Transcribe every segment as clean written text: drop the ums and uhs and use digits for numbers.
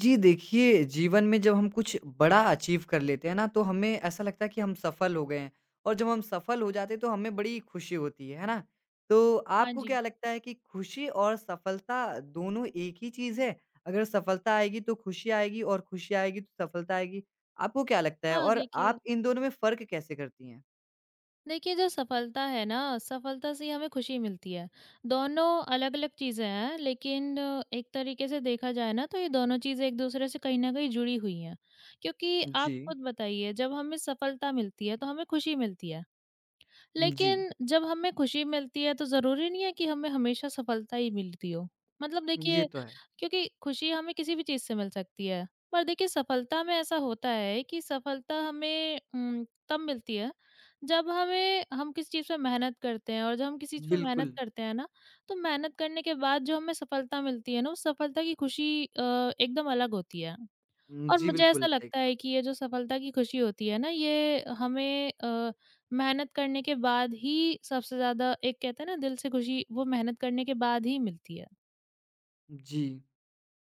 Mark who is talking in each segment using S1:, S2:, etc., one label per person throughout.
S1: जी देखिए, जीवन में जब हम कुछ बड़ा अचीव कर लेते हैं ना, तो हमें ऐसा लगता है कि हम सफल हो गए हैं और जब हम सफल हो जाते हैं, तो हमें बड़ी खुशी होती है ना? तो
S2: हाँ
S1: आपको
S2: जी।
S1: क्या लगता है कि खुशी और सफलता दोनों एक ही चीज़ है? अगर सफलता आएगी तो खुशी आएगी और खुशी आएगी तो सफलता आएगी। आपको क्या लगता है
S2: हाँ,
S1: और
S2: देखिए
S1: आप इन दोनों में फ़र्क कैसे करती हैं?
S2: देखिए जो सफलता है ना, सफलता से ही हमें खुशी मिलती है। दोनों अलग-अलग चीज़ें हैं, लेकिन एक तरीके से देखा जाए ना, तो ये दोनों चीज़ें एक दूसरे से कहीं न कहीं जुड़ी हुई हैं। क्योंकि
S1: जी,
S2: आप खुद बताइए, जब हमें सफलता मिलती है तो हमें खुशी मिलती है।
S1: जी,
S2: लेकिन जब हमें खुशी मिलती है तो ज़रूरी नहीं है कि हमें हमेशा सफलता ही मिलती हो। मतलब
S1: ये
S2: देखिए,
S1: तो है।
S2: क्योंकि खुशी हमें किसी भी चीज़ से मिल सकती है। पर देखिए, सफलता में ऐसा होता है कि सफलता हमें तब मिलती है जब हमें हम किसी चीज़ पे मेहनत करते हैं, और जब हम किसी चीज़ पे मेहनत
S1: बिल्कुल।
S2: करते हैं ना, तो मेहनत करने के बाद जो हमें सफलता मिलती है ना, उस सफलता की खुशी एकदम अलग होती है। और
S1: जी,
S2: मुझे
S1: बिल्कुल
S2: ऐसा
S1: सही
S2: लगता
S1: कहा।
S2: है कि ये जो सफलता की खुशी होती है ना, ये हमें मेहनत करने के बाद ही सबसे ज़्यादा, एक कहते हैं ना दिल से खुशी, वो मेहनत करने के बाद ही मिलती है।
S1: जी।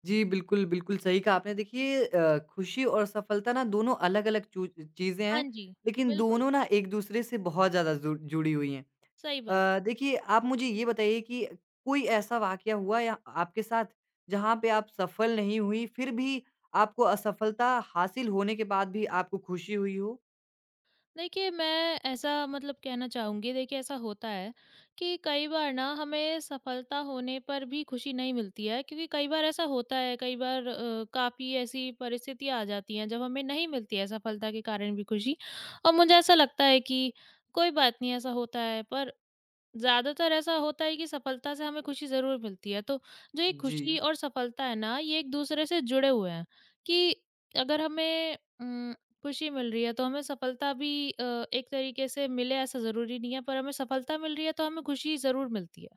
S1: जी, बिल्कुल, बिल्कुल सही कहा आपने। देखिए खुशी और सफलता ना दोनों अलग-अलग चू चीज़ें
S2: हाँ
S1: हैं,
S2: जी,
S1: लेकिन
S2: बिल्कुल।
S1: दोनों ना एक-दूसरे से बहुत ज़्यादा जु जुड़ी हुई हैं।
S2: सही बात।
S1: देखिए आप मुझे ये बताइए कि कोई ऐसा वाक़या हुआ या आपके साथ जहाँ पे आप सफल नहीं हुई, फिर भी आपको असफलता हासिल होने के बाद भी आपको खुशी हुई हो?
S2: देखिए, मैं ऐसा मतलब कहना चाहूँगी, देखिए ऐसा होता है कि कई बार ना हमें सफलता होने पर भी खुशी नहीं मिलती है, क्योंकि कई बार ऐसा होता है, कई बार काफ़ी ऐसी परिस्थितियाँ आ जाती हैं जब हमें नहीं मिलती है सफलता के कारण भी खुशी। और मुझे ऐसा लगता है कि कोई बात नहीं, ऐसा होता है, पर ज़्यादातर ऐसा होता है कि सफलता से हमें खुशी ज़रूर मिलती है। तो जो ये
S1: जी।
S2: खुशी और सफलता है ना, ये एक-दूसरे से जुड़े हुए हैं कि अगर हमें खुशी मिल रही है, तो हमें सफलता भी एक तरीके से मिले, ऐसा ज़रूरी नहीं है, पर हमें सफलता मिल रही है, तो हमें खुशी ज़रूर मिलती है।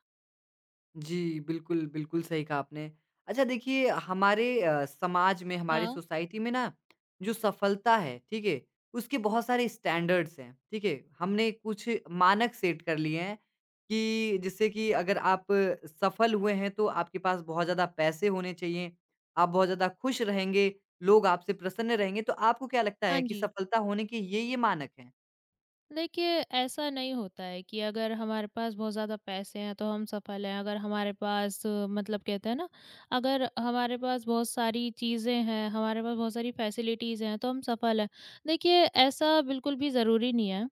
S1: जी, बिल्कुल, बिल्कुल सही कहा आपने। अच्छा देखिए हमारे समाज में, हमारी
S2: हाँ।
S1: सोसाइटी में ना जो सफलता है, ठीक है? उसके बहुत सारे स्टैंडर्ड्स हैं, ठीक है? हमने कुछ मानक सेट कर लिए हैं कि जिससे कि अगर आप सफल हुए हैं तो आपके पास बहुत ज़्यादा पैसे होने चाहिए, आप बहुत ज़्यादा खुश रहेंगे, लोग आपसे प्रसन्न रहेंगे। तो आपको क्या लगता
S2: हाँ
S1: है कि
S2: जी।
S1: सफलता होने के ये-ये मानक हैं?
S2: देखिए, ऐसा नहीं होता है कि अगर हमारे पास बहुत ज़्यादा पैसे हैं, तो हम सफल हैं। अगर हमारे पास मतलब कहते हैं ना, अगर हमारे पास बहुत सारी चीज़ें हैं, हमारे पास बहुत सारी फैसिलिटीज़ हैं, तो हम सफल हैं। देखिए, ऐसा बिल्कुल भी ज़रूरी नहीं है।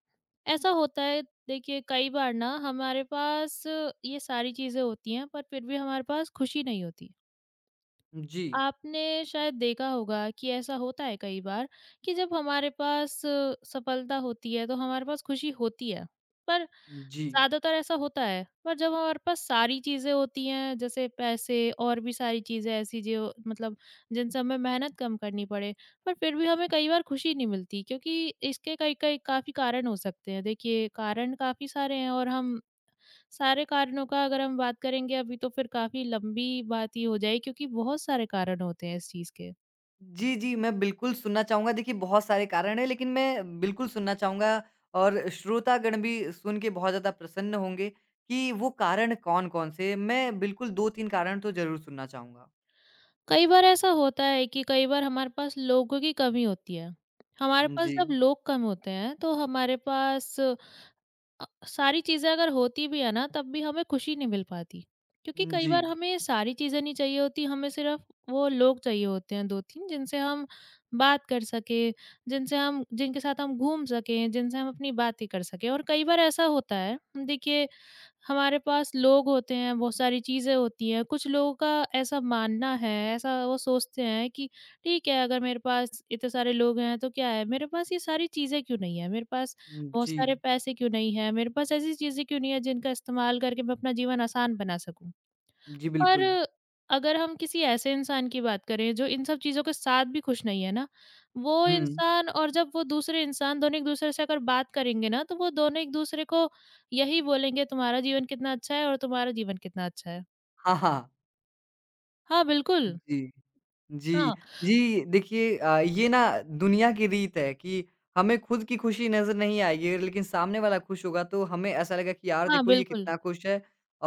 S2: ऐसा होता है, देखिए, कई बार ना हमारे पास ये सारी चीज़ें होती हैं, पर फिर भी हमारे पास खुशी नहीं होती।
S1: जी,
S2: आपने शायद देखा होगा कि ऐसा होता है कई बार कि जब हमारे पास सफलता होती है तो हमारे पास खुशी होती है। पर
S1: जी।
S2: ज्यादातर ऐसा होता है, पर जब हमारे पास सारी चीजें होती हैं, जैसे पैसे और भी सारी चीजें ऐसी, जो मतलब जिनसे हमें मेहनत कम करनी पड़े, पर फिर भी हमें कई बार खुशी नहीं मिलती, क्योंकि इसके कई कई काफी कारण हो सकते हैं। देखिए, कारण काफी सारे हैं, और हम सारे कारणों का अगर हम बात करेंगे अभी, तो फिर काफ़ी लंबी बात ही हो जाएगी, क्योंकि बहुत सारे कारण होते हैं इस चीज़ के।
S1: जी, जी, मैं बिल्कुल सुनना चाहूँगा। देखिए, बहुत सारे कारण हैं, लेकिन मैं बिल्कुल सुनना चाहूँगा और श्रोतागण भी सुन के बहुत ज़्यादा प्रसन्न होंगे कि वो कारण कौन-कौन से हैं। मैं बिल्कुल 2-3 कारण तो ज़रूर सुनना चाहूँगा।
S2: कई बार ऐसा होता है कि कई बार हमारे पास लोगों की कमी होती है। हमारे पास
S1: जी,
S2: जब लोग कम होते हैं तो हमारे पास सारी चीज़ें अगर होती भी है ना, तब भी हमें खुशी नहीं मिल पाती। क्योंकि कई
S1: जी,
S2: बार हमें सारी चीज़ें नहीं चाहिए होती, हमें सिर्फ़ वो लोग चाहिए होते हैं 2-3, जिनसे हम बात कर सकें, जिनसे हम जिनके साथ हम घूम सकें, जिनसे हम अपनी बातें कर सकें, और कई बार ऐसा होता है, देखिए, हमारे पास लोग होते हैं, बहुत सारी चीज़ें होती हैं। कुछ लोगों का ऐसा मानना है, ऐसा वो सोचते हैं कि ठीक है, अगर मेरे पास इतने सारे लोग हैं तो क्या है? मेरे पास ये सारी चीज़ें क्यों नहीं है? मेरे पास बहुत
S1: जी,
S2: सारे पैसे क्यों नहीं है? मेरे पास ऐसी चीज़ें क्यों नहीं है जिनका इस्तेमाल करके मैं अपना जीवन आसान बना सकूँ?
S1: जी,
S2: पर
S1: बिल्कुल।
S2: अगर हम किसी ऐसे इंसान की बात करें जो इन सब चीज़ों के साथ भी खुश नहीं है ना, वो
S1: हुँ,
S2: इंसान और जब वो दूसरे इंसान दोनों एक-दूसरे से अगर बात करेंगे ना, तो वो दोनों एक-दूसरे को यही बोलेंगे, तुम्हारा जीवन कितना अच्छा है और तुम्हारा जीवन कितना अच्छा है।
S1: हाँ, हाँ।
S2: हाँ, बिल्कुल।
S1: जी। जी।
S2: हाँ,
S1: जी, देखिए ये ना दुनिया की रीत है कि हमें खुद की खुशी नज़र नहीं आएगी, लेकिन सामने वाला खुश होगा तो हमें ऐसा लगेगा कि यार
S2: हाँ,
S1: देखो ये
S2: बिल्कुल,
S1: कितना खुश है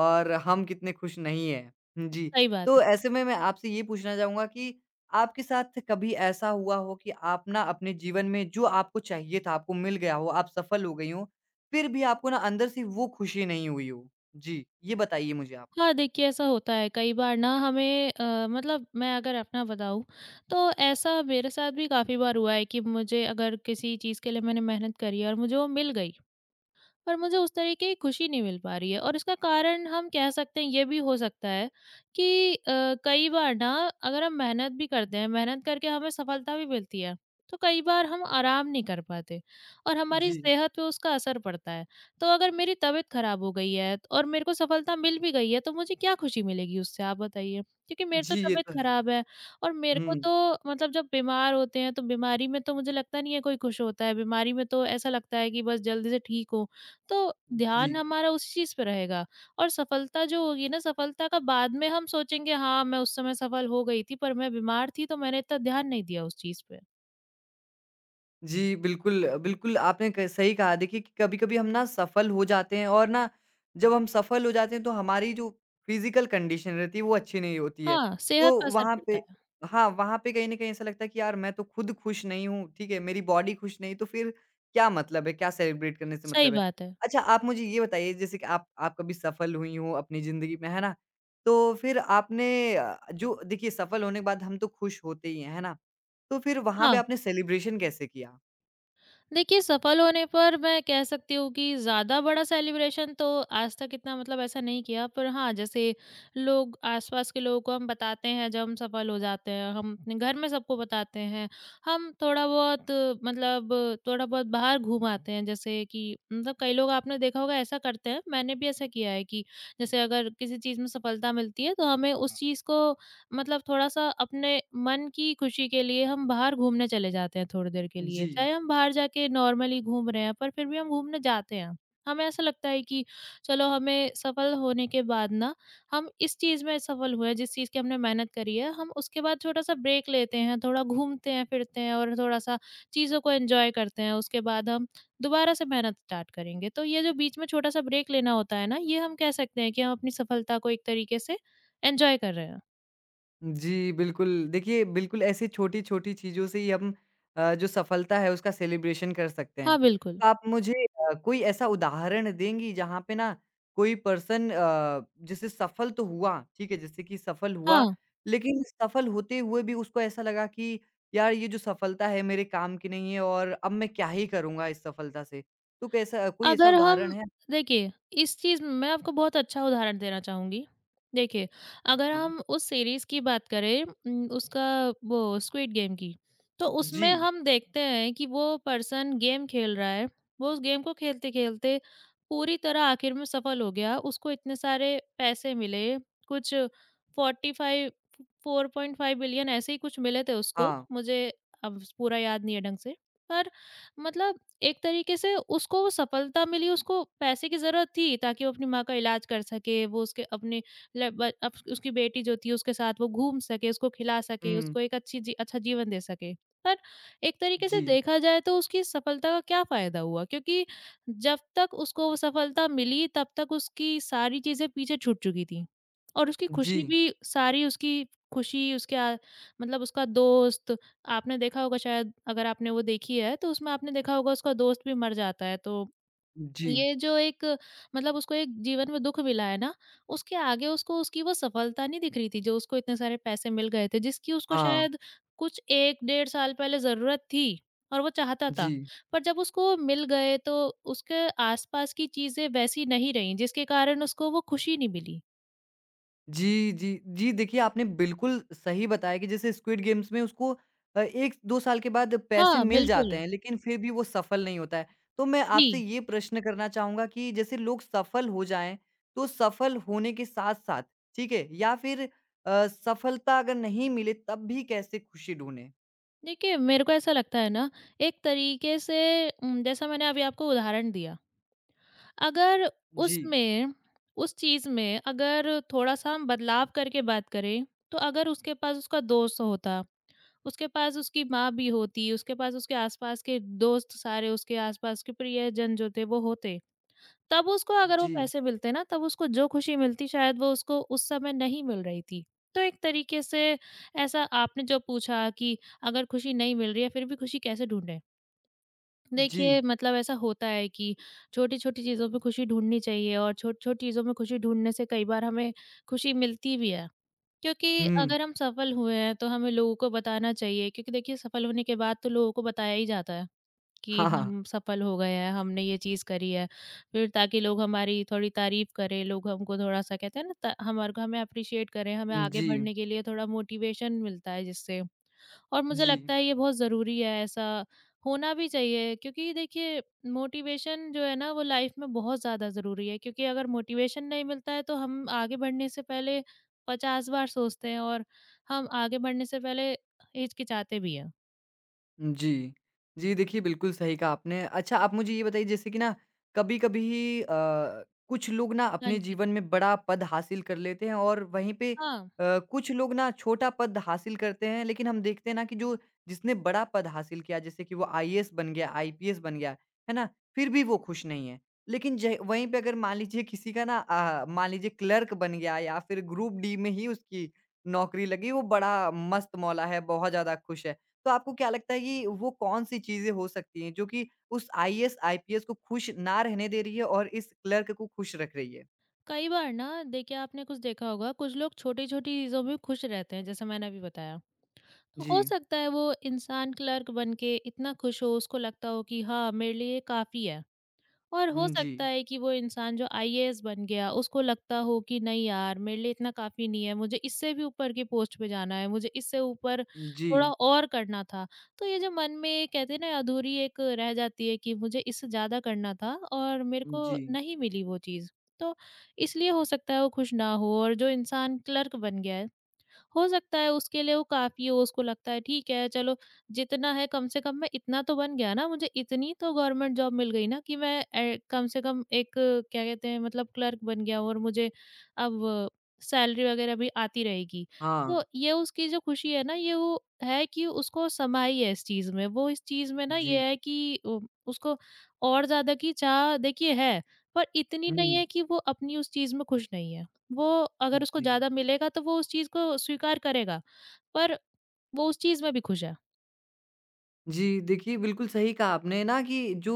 S1: और हम कितने खुश नहीं हैं। जी,
S2: सही बात
S1: तो
S2: है।
S1: ऐसे में मैं आपसे ये पूछना चाहूँगा कि आपके साथ कभी ऐसा हुआ हो कि आप ना अपने जीवन में जो आपको चाहिए था, आपको मिल गया हो, आप सफल हो गई हों, फिर भी आपको ना अंदर से वो खुशी नहीं हुई हो? जी, ये बताइए मुझे आप।
S2: हाँ, देखिए, ऐसा होता है कई बार ना, हमें मतलब मैं अगर अपना बताऊँ, तो ऐसा मेरे साथ भी काफ़ी बार हुआ है कि मुझे अगर किसी चीज़ के लिए मैंने मेहनत करी है और मुझे वो मिल गई, पर मुझे उस तरीके की खुशी नहीं मिल पा रही है। और इसका कारण हम कह सकते हैं ये भी हो सकता है कि कई बार ना अगर हम मेहनत भी करते हैं, मेहनत करके हमें सफलता भी मिलती है, तो कई बार हम आराम नहीं कर पाते और हमारी
S1: जी।
S2: सेहत पे उसका असर पड़ता है। तो अगर मेरी तबीयत खराब हो गई है और मेरे को सफलता मिल भी गई है, तो मुझे क्या खुशी मिलेगी उससे, आप बताइए? क्योंकि मेरी तो
S1: जी, ये
S2: तबीयत
S1: तो है।
S2: खराब है, और मेरे को
S1: हुँ,
S2: तो, मतलब जब बीमार होते हैं तो बीमारी में तो मुझे लगता नहीं है कोई खुश होता है, बीमारी में तो ऐसा लगता है कि बस जल्दी से ठीक हो। तो ध्यान
S1: जी।
S2: हमारा उस चीज़ पे रहेगा, और सफलता जो होगी ना, सफलता का बाद में हम सोचेंगे, हाँ, मैं उस समय सफल हो गई थी, पर मैं बीमार थी, तो मैंने इतना ध्यान नहीं दिया उस चीज़ पे।
S1: जी, बिल्कुल। बिल्कुल, आपने क सही कहा। देखिए कि कभी-कभी हम ना सफल हो जाते हैं और ना जब हम सफल हो जाते हैं तो हमारी जो फिज़िकल कंडीशन रहती है वो अच्छी नहीं होती है।
S2: हाँ, सेहत
S1: तो
S2: पे असर
S1: वहाँ
S2: पड़ता
S1: पे
S2: है।
S1: हाँ, वहाँ पे कहीं न कहीं ऐसा लगता है कि यार मैं तो खुद खुश नहीं हूँ, ठीक है? मेरी बॉडी खुश नहीं तो फिर क्या मतलब है? क्या सेलिब्रेट करने से
S2: सही
S1: मतलब है?
S2: बात है।
S1: अच्छा आप मुझे ये बताइए जैसे कि आप कभी सफल हुई हो अपनी ज़िंदगी में, है ना? तो फिर आपने जो देखिए सफल होने के बाद हम तो खुश होते ही हैं, है ना? तो फिर वहाँ पे
S2: हाँ।
S1: आपने सेलिब्रेशन कैसे किया?
S2: देखिए, सफल होने पर मैं कह सकती हूँ कि ज़्यादा बड़ा सेलिब्रेशन तो आज तक इतना मतलब ऐसा नहीं किया, पर हाँ, जैसे लोग आस-पास के लोगों को हम बताते हैं जब हम सफल हो जाते हैं, हम अपने घर में सबको बताते हैं, हम थोड़ा-बहुत, मतलब थोड़ा-बहुत बाहर घूम आते हैं। जैसे कि, मतलब कई लोग आपने देखा होगा ऐसा करते हैं, मैंने भी ऐसा किया है कि जैसे अगर किसी चीज़ में सफलता मिलती है, तो हमें उस चीज़ को, मतलब थोड़ा-सा अपने मन की खुशी के लिए हम बाहर घूमने चले जाते हैं थोड़ी देर के लिए।
S1: जी।
S2: चाहे हम बाहर जाके नॉर्मली घूम रहे हैं, पर फिर भी हम घूमने जाते हैं। हमें ऐसा लगता है कि चलो, हमें सफल होने के बाद ना, हम इस चीज़ में सफल हुए, जिस चीज़ की हमने मेहनत करी है, हम उसके बाद छोटा-सा ब्रेक लेते हैं, थोड़ा घूमते हैं, फिरते हैं और थोड़ा-सा चीज़ों को एन्जॉय करते हैं। उसके बाद हम दोबारा से मेहनत स्टार्ट करेंगे। तो ये जो बीच में छोटा-सा ब्रेक लेना होता है ना, ये हम कह सकते हैं कि हम अपनी सफलता को एक तरीके से एन्जॉय कर रहे हैं।
S1: जी, बिल्कुल। देखिए, बिल्कुल ऐसी छोटी-छोटी चीज़ों से ही हम जो सफलता है उसका सेलिब्रेशन कर सकते
S2: हाँ,
S1: हैं।
S2: बिल्कुल।
S1: तो आप मुझे कोई ऐसा उदाहरण देंगी जहाँ पे ना कोई पर्सन जैसे सफल तो हुआ, ठीक है, जैसे कि सफल हुआ,
S2: हाँ,
S1: लेकिन सफल होते हुए भी उसको ऐसा लगा कि यार ये जो सफलता है मेरे काम की नहीं है और अब मैं क्या ही करूँगा इस सफलता से। तो कैसा कोई ऐसा
S2: अगर
S1: उदाहरण
S2: हम
S1: है?
S2: देखिए, इस चीज़ में मैं आपको बहुत अच्छा उदाहरण देना चाहूँगी। देखिए, अगर
S1: जी।
S2: हम उस सीरीज़ की बात करें, उसका वो स्क्विड गेम की, तो उसमें
S1: जी,
S2: हम देखते हैं कि वो पर्सन गेम खेल रहा है, वो उस गेम को खेलते-खेलते पूरी तरह आखिर में सफल हो गया, उसको इतने सारे पैसे मिले, कुछ 45 4.5 बिलियन ऐसे ही कुछ मिले थे उसको,
S1: हाँ।
S2: मुझे अब पूरा याद नहीं है ढंग से। पर, मतलब एक तरीके से उसको वो सफलता मिली, उसको पैसे की ज़रूरत थी, ताकि वो अपनी माँ का इलाज कर सके, वो उसके अपने ल ब अप उसकी बेटी जो थी उसके साथ वो घूम सके, उसको खिला सके,
S1: हुँ।
S2: उसको एक अच्छी जी अच्छा जीवन दे सके। पर एक तरीके से
S1: जी।
S2: देखा जाए तो उसकी सफलता का क्या फ़ायदा हुआ? क्योंकि जब तक उसको वो सफलता मिली, तब तक उसकी सारी चीज़ें पीछे छूट चुकी थी, और उसकी
S1: जी।
S2: खुशी भी सारी, उसकी खुशी उसके आ मतलब उसका दोस्त, आपने देखा होगा शायद, अगर आपने वो देखी है तो उसमें आपने देखा होगा उसका दोस्त भी मर जाता है। तो
S1: जी।
S2: ये जो एक, मतलब उसको एक जीवन में दुख मिला है ना, उसके आगे उसको उसकी वो सफलता नहीं दिख रही थी, जो उसको इतने सारे पैसे मिल गए थे, जिसकी उसको
S1: हाँ,
S2: शायद कुछ एक 1.5 साल पहले जरूरत थी और वो चाहता
S1: जी।
S2: था। पर जब उसको मिल गए, तो उसके आसपास की चीजें वैसी नहीं रहीं, जिसके कारण उसको वो खुशी नहीं मिली।
S1: जी, जी। जी, देखिए आपने बिल्कुल सही बताया कि जैसे स्क्विड गेम्स में उसको 1-2 साल के बाद पैसे
S2: हाँ
S1: मिल
S2: बिल्कुल
S1: जाते हैं, लेकिन फिर भी वो सफल नहीं होता है। तो मैं
S2: जी।
S1: आपसे ये प्रश्न करना चाहूँगा कि जैसे लोग सफल हो जाएँ, तो सफल होने के साथ-साथ ठीक है? या फिर सफलता अगर नहीं मिले तब भी कैसे खुशी ढूँढें?
S2: देखिए, मेरे को ऐसा लगता है ना, एक तरीके से, जैसा मैंने अभी आपको उदाहरण दिया, अगर
S1: जी,
S2: उसमें, उस चीज़ में अगर थोड़ा-सा हम बदलाव करके बात करें, तो अगर उसके पास उसका दोस्त होता, उसके पास उसकी माँ भी होती, उसके पास उसके आस-पास के प्रियजन जो थे वो होते। तब उसको अगर वो
S1: जी,
S2: पैसे मिलते ना, तब उसको जो खुशी मिलती शायद वो उसको उस समय नहीं मिल रही थी। तो एक तरीके से, ऐसा आपने जो पूछा कि अगर खुशी नहीं मिल रही है फिर भी खुशी कैसे ढूँढें?
S1: जी।
S2: देखिए मतलब ऐसा होता है कि छोटी-छोटी चीज़ों में खुशी ढूँढनी चाहिए और छोटी-छोटी चीज़ों में खुशी ढूँढने से कई बार हमें खुशी मिलती भी है। क्योंकि
S1: हुँ।
S2: अगर हम सफल हुए हैं तो हमें लोगों को बताना चाहिए, क्योंकि देखिए, सफल होने के बाद तो लोगों को बताया ही जाता है कि
S1: हाँ, हाँ।
S2: हम सफल हो गए हैं, हमने ये चीज़ करी है। फिर ताकि लोग हमारी थोड़ी तारीफ़ करें, लोग हमको थोड़ा-सा कहते हैं ना, त हमारे को हमें एप्रिशिएट करें, हमें आगे
S1: जी,
S2: बढ़ने के लिए थोड़ा मोटिवेशन मिलता है जिससे। और मुझे
S1: जी।
S2: लगता है ये बहुत ज़रूरी है, ऐसा होना भी चाहिए, क्योंकि देखिए, मोटिवेशन जो है ना वो लाइफ़ में बहुत ज़्यादा ज़रूरी है, क्योंकि अगर मोटिवेशन नहीं मिलता है तो हम आगे बढ़ने से पहले 50 बार सोचते हैं, और हम आगे बढ़ने से पहले हिचकिचाते भी हैं।
S1: जी। जी, देखिए बिल्कुल सही कहा आपने। अच्छा आप मुझे ये बताइए जैसे कि ना कभी-कभी कुछ लोग ना
S2: हाँ
S1: अपने
S2: जी।
S1: जीवन में बड़ा पद हासिल कर लेते हैं और वहीं पे
S2: हाँ।
S1: कुछ लोग ना छोटा पद हासिल करते हैं। लेकिन हम देखते हैं ना कि जो जिसने बड़ा पद हासिल किया जैसे कि वो आईएएस बन गया, आईपीएस बन गया, है ना? फिर भी वो खुश नहीं है। लेकिन ज वहीं पे अगर मान लीजिए किसी का ना मान लीजिए क्लर्क बन गया या फिर ग्रुप डी में ही उसकी नौकरी लगी, वो बड़ा मस्त मौला है, बहुत ज़्यादा खुश है। तो आपको क्या लगता है कि वो कौन-सी चीज़ें हो सकती हैं जो कि उस आईएएस, आईपीएस को खुश ना रहने दे रही है और इस क्लर्क को खुश रख रही है?
S2: कई बार ना देखिए, आपने कुछ देखा होगा, कुछ लोग छोटी छोटी चीजों में खुश रहते हैं, जैसे मैंने अभी बताया। तो
S1: जी।
S2: हो सकता है वो इंसान क्लर्क बन के इतना खुश हो, उसको लगता हो कि हाँ, मेरे लिए ये काफी है। और हो
S1: हुँ,
S2: सकता
S1: जी।
S2: है कि वो इंसान जो आईएएस बन गया उसको लगता हो कि नहीं यार, मेरे लिए इतना काफ़ी नहीं है, मुझे इससे भी ऊपर की पोस्ट पे जाना है, मुझे इससे ऊपर
S1: जी।
S2: थोड़ा और करना था। तो ये जो मन में कहते हैं ना, अधूरी एक रह जाती है कि मुझे इससे ज़्यादा करना था और मेरे को
S1: जी।
S2: नहीं मिली वो चीज़। तो इसलिए हो सकता है वो खुश ना हो, और जो इंसान क्लर्क बन गया है, हो सकता है उसके लिए वो काफ़ी हो, उसको लगता है ठीक है, चलो जितना है कम से कम मैं इतना तो बन गया ना, मुझे इतनी तो गवर्नमेंट जॉब मिल गई ना कि मैं कम से कम एक क्या कहते हैं, मतलब क्लर्क बन गया, और मुझे अब सैलरी वगैरह भी आती रहेगी।
S1: हाँ।
S2: तो ये उसकी जो खुशी है ना, ये वो है कि उसको समाई है इस चीज़ में। वो इस चीज़ में ना ये
S1: जी।
S2: है कि उ उसको और ज़्यादा की चाह देखिए है, पर इतनी नहीं
S1: हुँ।
S2: है कि वो अपनी उस चीज़ में खुश नहीं है। वो, अगर उसको
S1: जी।
S2: ज़्यादा मिलेगा तो वो उस चीज़ को स्वीकार करेगा, पर वो उस चीज़ में भी खुश है।
S1: जी, देखिए बिल्कुल सही कहा आपने ना कि जो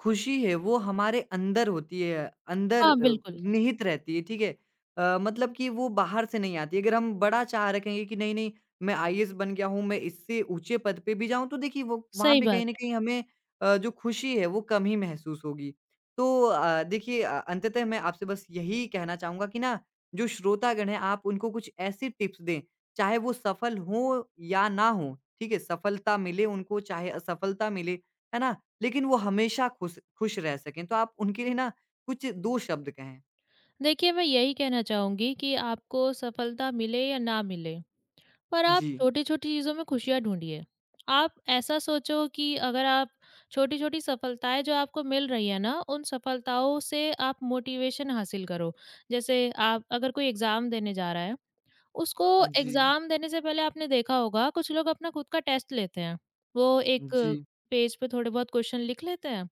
S1: खुशी है वो हमारे अंदर होती है, अंदर
S2: हाँ, बिल्कुल,
S1: निहित रहती है, ठीक है? मतलब कि वो बाहर से नहीं आती है। अगर हम बड़ा चाह रखेंगे कि नहीं, नहीं मैं आईएएस बन गया हूँ, मैं इससे ऊँचे पद पे भी जाऊँ तो देखिए वो वहाँ
S2: सही
S1: पे
S2: बात
S1: कहीं न
S2: है।
S1: कहीं हमें जो खुशी है वो कम ही महसूस होगी। तो देखिए अंततः मैं आपसे बस यही कहना चाहूँगा कि ना जो श्रोतागण हैं आप उनको कुछ ऐसी टिप्स दें चाहे वो सफल हों या ना हों, ठीक है? सफलता मिले उनको चाहे असफलता मिले, है ना? लेकिन वो हमेशा खुश खुश रह सकें, तो आप उनके लिए ना कुछ 2 शब्द कहें।
S2: देखिए, मैं यही कहना चाहूँगी कि आपको सफलता मिले या ना मिले, पर आप
S1: जी,
S2: छोटी-छोटी चीज़ों में खुशियाँ ढूँढिए। आप ऐसा सोचो कि अगर आप छोटी-छोटी सफलताएँ जो आपको मिल रही है ना, उन सफलताओं से आप मोटिवेशन हासिल करो। जैसे, आप अगर कोई एग्ज़ाम देने जा रहा है, उसको
S1: जी,
S2: एग्ज़ाम देने से पहले आपने देखा होगा, कुछ लोग अपना खुद का टेस्ट लेते हैं। वो एक
S1: जी,
S2: पेज पे थोड़े बहुत क्वेश्चन लिख लेते हैं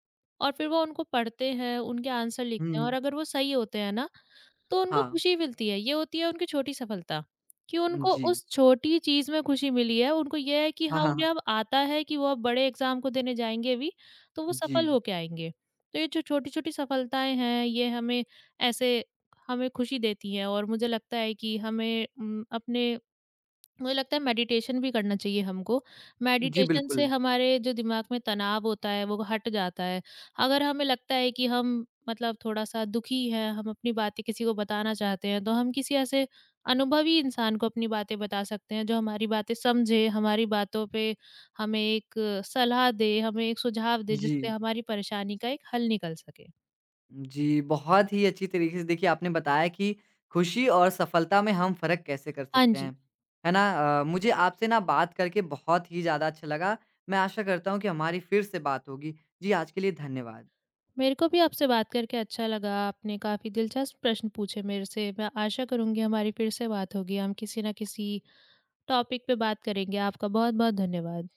S2: और फिर वो उनको पढ़ते हैं, उनके आंसर लिखते हैं, और
S1: हुँ,
S2: अगर वो सही होते हैं ना, तो उनको
S1: हाँ,
S2: खुशी मिलती है, ये होती है उनकी छोटी सफलता, कि उनको
S1: जी,
S2: उस छोटी चीज़ में खुशी मिली है, उनको ये है कि
S1: हाँ,
S2: हाँ,
S1: हाँ, हाँ,
S2: उन्हें अब आता है कि वो अब बड़े एग्ज़ाम को देने जाएँगे भी, तो वो सफल
S1: जी,
S2: होके आएँगे। तो ये जो छोटी-छोटी सफलताएँ हैं, ये ऐसे हमें खुशी देती हैं। और मुझे लगता है कि हमें उम, अपने मुझे लगता है मेडिटेशन भी करना चाहिए हमको।
S1: जी
S2: मेडिटेशन से
S1: बिल्कुल,
S2: हमारे जो दिमाग में तनाव होता है वो हट जाता है। अगर हमें लगता है कि हम, मतलब, थोड़ा-सा दुखी हैं, हम अपनी बातें किसी को बताना चाहते हैं, तो हम किसी ऐसे अनुभवी इंसान को अपनी बातें बता सकते हैं जो हमारी बातें समझे, हमारी बातों पे हमें एक सलाह दे, हमें एक सुझाव दे,
S1: जी।
S2: जिससे हमारी परेशानी का एक हल निकल सके।
S1: जी, बहुत ही अच्छी तरीके से देखिए आपने बताया कि खुशी और सफलता में हम फ़र्क कैसे कर
S2: हाँ
S1: सकते
S2: जी।
S1: हैं, है ना? मुझे आपसे ना बात करके बहुत ही ज़्यादा अच्छा लगा। मैं आशा करता हूँ कि हमारी फिर से बात होगी। जी, आज के लिए धन्यवाद।
S2: मेरे को भी आपसे बात करके अच्छा लगा। आपने काफ़ी दिलचस्प प्रश्न पूछे मेरे से। मैं आशा करूँगी हमारी फिर से बात होगी। हम किसी न किसी टॉपिक पे बात करेंगे। आपका बहुत-बहुत धन्यवाद।